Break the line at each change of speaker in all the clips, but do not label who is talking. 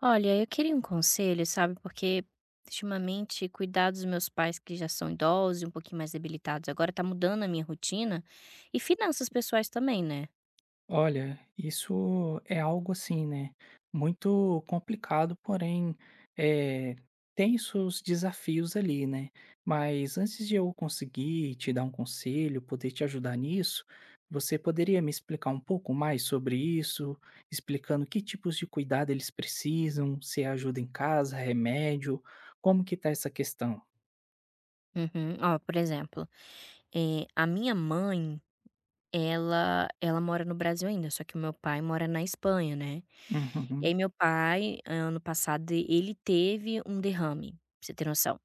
Olha, eu queria um conselho, sabe, porque ultimamente cuidar dos meus pais que já são idosos e um pouquinho mais debilitados agora tá mudando a minha rotina e finanças pessoais também, né.
Olha, isso é algo assim, né? Muito complicado, porém eh, tem seus desafios ali, né? Mas antes de eu conseguir te dar um conselho, poder te ajudar nisso, você poderia me explicar um pouco mais sobre isso, explicando que tipos de cuidado eles precisam, se é ajuda em casa, remédio, como que tá essa questão?
Uhum. Ó, por exemplo, a minha mãe, ela mora no Brasil ainda, só que o meu pai mora na Espanha, né. E
Uhum,
aí meu pai, ano passado, ele teve um derrame, pra você ter noção.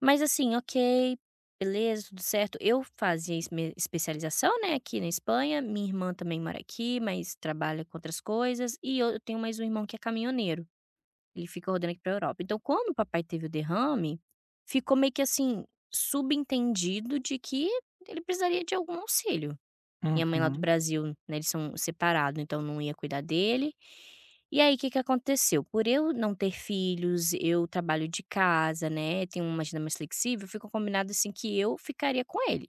Mas assim, ok, beleza, tudo certo. Eu fazia es me especialização, né, aqui na Espanha, minha irmã também mora aqui, mas trabalha com outras coisas, e eu tenho mais um irmão que é caminhoneiro, ele fica rodando aqui pra Europa. Então quando o papai teve o derrame, ficou meio que assim, subentendido de que ele precisaria de algum auxílio. Minha mãe lá do
uhum,
Brasil, né, eles são separados, então não ia cuidar dele. E aí, o que que aconteceu? Por eu não ter filhos, eu trabalho de casa, né, tenho uma agenda mais flexível, ficou combinado, assim, que eu ficaria com ele,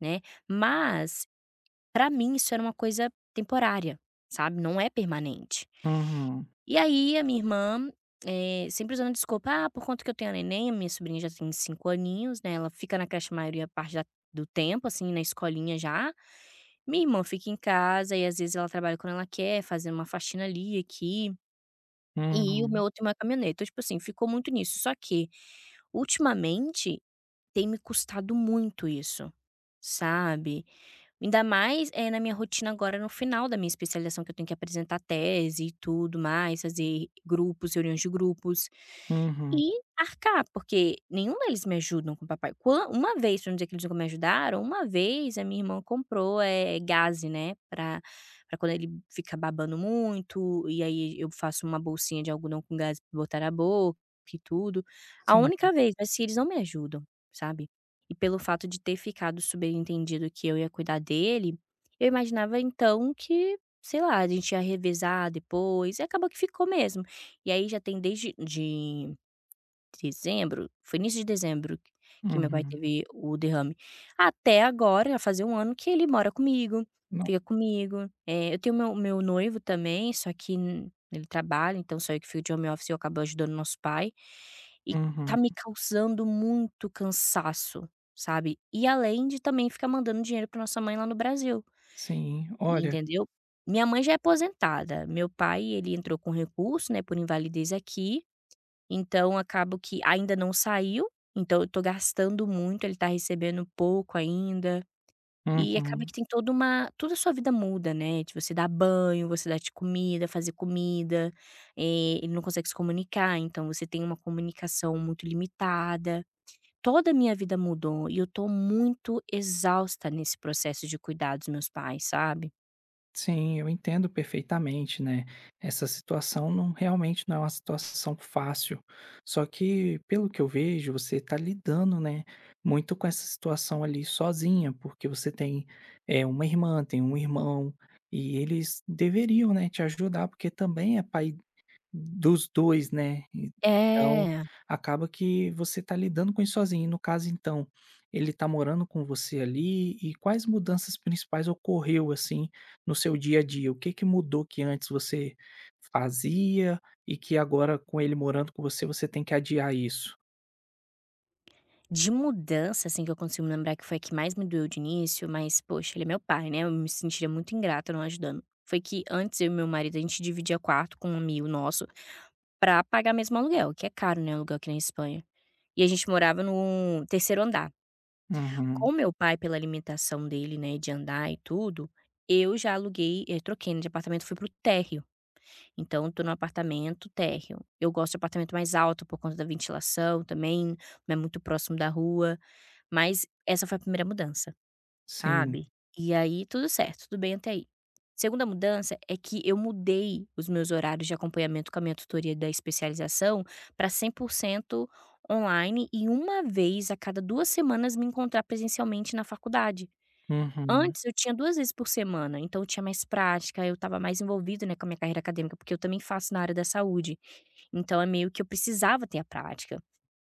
né. Mas, pra mim, isso era uma coisa temporária, sabe, não é permanente.
uhum,
E aí, a minha irmã, sempre usando desculpa: "Ah, por conta que eu tenho a neném", a minha sobrinha já tem 5 aninhos, né, ela fica na creche a maioria parte da do tempo, assim, na escolinha já. Minha irmã fica em casa e às vezes ela trabalha quando ela quer, fazendo uma faxina ali e aqui, e o meu
uhum,
outro irmão é caminhoneiro. Então, tipo assim, ficou muito nisso. Só que, ultimamente, tem me custado muito isso. Sabe? Ainda mais, é na minha rotina agora no final da minha especialização que eu tenho que apresentar tese e tudo mais, fazer grupos, reuniões de grupos,
uhum,
e arcar, porque nenhum deles me ajudam com o papai. Quan Uma vez, pra não dizer que eles nunca me ajudaram, uma vez a minha irmã comprou, é gaze, né, pra quando ele fica babando muito, e aí eu faço uma bolsinha de algodão com gaze pra botar na boca e tudo. A
sim,
única vez, mas se eles não me ajudam, sabe? E pelo fato de ter ficado subentendido que eu ia cuidar dele, eu imaginava então que, sei lá, a gente ia revezar depois, e acabou que ficou mesmo. E aí já tem desde de dezembro, foi início de dezembro que meu pai
uhum,
teve o derrame. Até agora, vai fazer um ano que ele mora comigo,
não,
fica comigo, eu tenho meu noivo também, só que n ele trabalha, então só eu que fico de home office e eu acabo ajudando nosso pai, e tá
uhum.
me causando muito cansaço, sabe. E além de também ficar mandando dinheiro pra nossa mãe lá no Brasil,
Sim, olha,
entendeu. Minha mãe já é aposentada, meu pai ele entrou com recurso, né, por invalidez aqui então acabo que ainda não saiu, então eu tô gastando muito, ele tá recebendo pouco ainda, e acaba que
uhum.
tem toda uma toda a sua vida muda, né, de você dar banho, você dar de comida, fazer comida, ele não consegue se comunicar, então você tem uma comunicação muito limitada. Toda a minha vida mudou e eu tô muito exausta nesse processo de cuidar dos meus pais, sabe?
Sim, eu entendo perfeitamente, né, essa situação não, realmente não é uma situação fácil. Só que, pelo que eu vejo, você está lidando, né, muito com essa situação ali sozinha, porque você tem, é, uma irmã, tem um irmão, e eles deveriam, né, te ajudar, porque também é pai dos 2, né, então
É.
acaba que você está lidando com isso sozinho. E no caso então, ele está morando com você ali, e quais mudanças principais ocorreu, assim, no seu dia a dia? O que que mudou que antes você fazia e que agora com ele morando com você, você tem que adiar isso?
De mudança, assim, que eu consigo me lembrar que foi a que mais me doeu de início, mas, poxa, ele é meu pai, né, eu me sentiria muito ingrata não ajudando. Foi que antes eu e meu marido, a gente dividia quarto com um amigo nosso pra pagar mesmo aluguel, que é caro, né, aluguel aqui na Espanha. E a gente morava no terceiro andar.
Uhum,
Com meu pai, pela limitação dele, né, de andar e tudo, eu já aluguei troquei, né, de apartamento, fui pro térreo. Então eu tô no apartamento térreo. Eu gosto de apartamento mais alto por conta da ventilação também, não é muito próximo da rua. Mas essa foi a primeira mudança,
sim.
sabe. E aí tudo certo, tudo bem até aí. Segunda mudança é que eu mudei os meus horários de acompanhamento com a minha tutoria da especialização para 100% online e uma vez a cada 2 semanas me encontrar presencialmente na faculdade.
Uhum,
Antes eu tinha duas vezes por semana, então eu tinha mais prática, eu estava mais envolvido, né, com a minha carreira acadêmica, porque eu também faço na área da saúde. Então é meio que eu precisava ter a prática.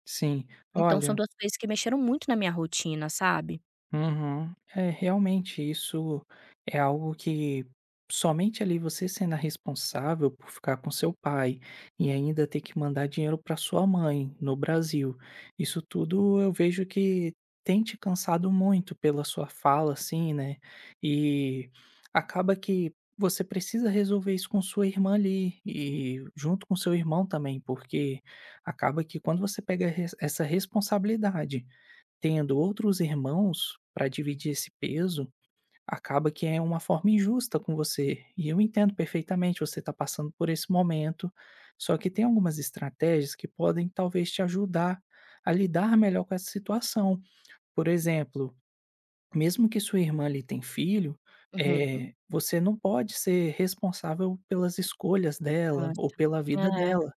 sim.
Então são
Olha,
2 coisas que mexeram muito na minha rotina, sabe.
uhum. É, realmente, isso é algo que somente ali você sendo a responsável por ficar com seu pai e ainda ter que mandar dinheiro para sua mãe no Brasil. Isso tudo eu vejo que tem te cansado muito pela sua fala, assim, né? E acaba que você precisa resolver isso com sua irmã ali e junto com seu irmão também, porque acaba que quando você pega essa responsabilidade tendo outros irmãos para dividir esse peso, acaba que é uma forma injusta com você. E eu entendo perfeitamente, você está passando por esse momento, só que tem algumas estratégias que podem talvez te ajudar a lidar melhor com essa situação. Por exemplo, mesmo que sua irmã ali tem filho,
Uhum.
você não pode ser responsável pelas escolhas dela
Nossa,
ou pela vida
é.
dela.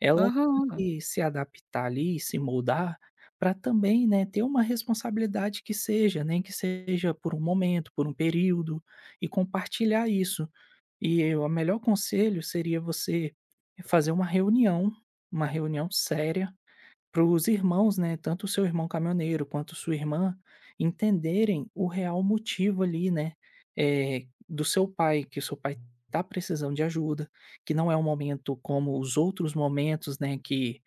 Ela tem
Aham.
que se adaptar ali, se moldar, para também, né, ter uma responsabilidade que seja, nem que seja por um momento, por um período, e compartilhar isso. E eu, o melhor conselho seria você fazer uma reunião séria, para os irmãos, né, tanto o seu irmão caminhoneiro quanto sua irmã, entenderem o real motivo ali, né, do seu pai, que o seu pai está precisando de ajuda, que não é um momento como os outros momentos, né, que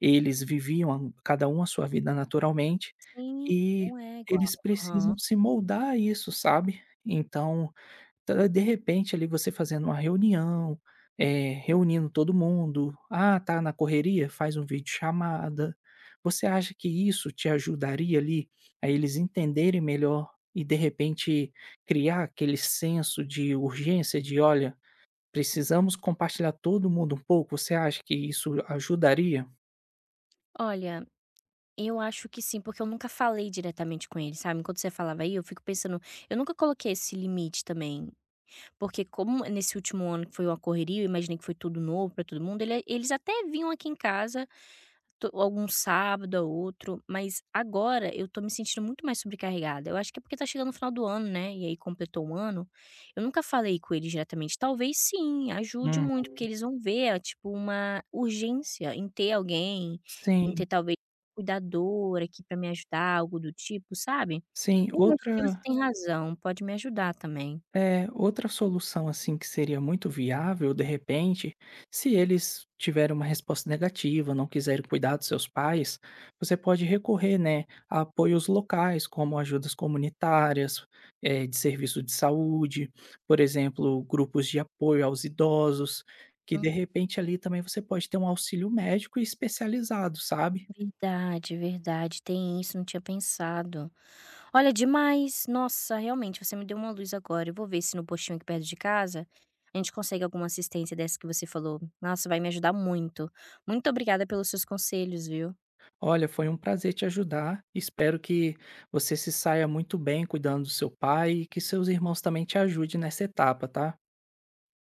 eles viviam a cada um a sua vida naturalmente,
Sim,
e
não é igual.
eles
Aham.
precisam se moldar a isso, sabe. Então tá, de repente, ali, você fazendo uma reunião, reunindo todo mundo. Ah, tá na correria? Faz um vídeo chamada. Você acha que isso te ajudaria, ali, a eles entenderem melhor e, de repente, criar aquele senso de urgência de: "Olha, precisamos compartilhar todo mundo um pouco"? Você acha que isso ajudaria?
Olha, eu acho que sim, porque eu nunca falei diretamente com ele, sabe. Enquanto você falava aí, eu fico pensando eu nunca coloquei esse limite também, porque como nesse último ano que foi uma correria, eu imaginei que foi tudo novo pra todo mundo, eles até vinham aqui em casa to algum sábado ou outro, mas agora eu tô me sentindo muito mais sobrecarregada. Eu acho que é porque tá chegando o final do ano, né, e aí completou um ano. Eu nunca falei com eles diretamente. Talvez sim, ajude
Uhum.
muito, porque eles vão ver, é tipo, uma urgência em ter alguém, em ter
Sim,
talvez um cuidador aqui pra me ajudar, algo do tipo, sabe.
sim.
Eu acho que você
Outra,
tem razão, pode me ajudar também.
é, outra solução assim que seria muito viável, de repente, se eles tiverem uma resposta negativa, não quiserem cuidar dos seus pais, você pode recorrer, né, a apoios locais, como ajudas comunitárias, de serviço de saúde, por exemplo, grupos de apoio aos idosos, que de
Hum,
repente ali também você pode ter um auxílio médico especializado, sabe?
verdade, verdade, tem isso, não tinha pensado. Olha, demais. Nossa, realmente, você me deu uma luz agora. Eu vou ver se no postinho aqui perto de casa a gente consegue alguma assistência dessa que você falou. Nossa, vai me ajudar muito. Muito obrigada pelos seus conselhos, viu?
Olha, foi um prazer te ajudar. Espero que você se saia muito bem cuidando do seu pai e que seus irmãos também te ajudem nessa etapa, tá?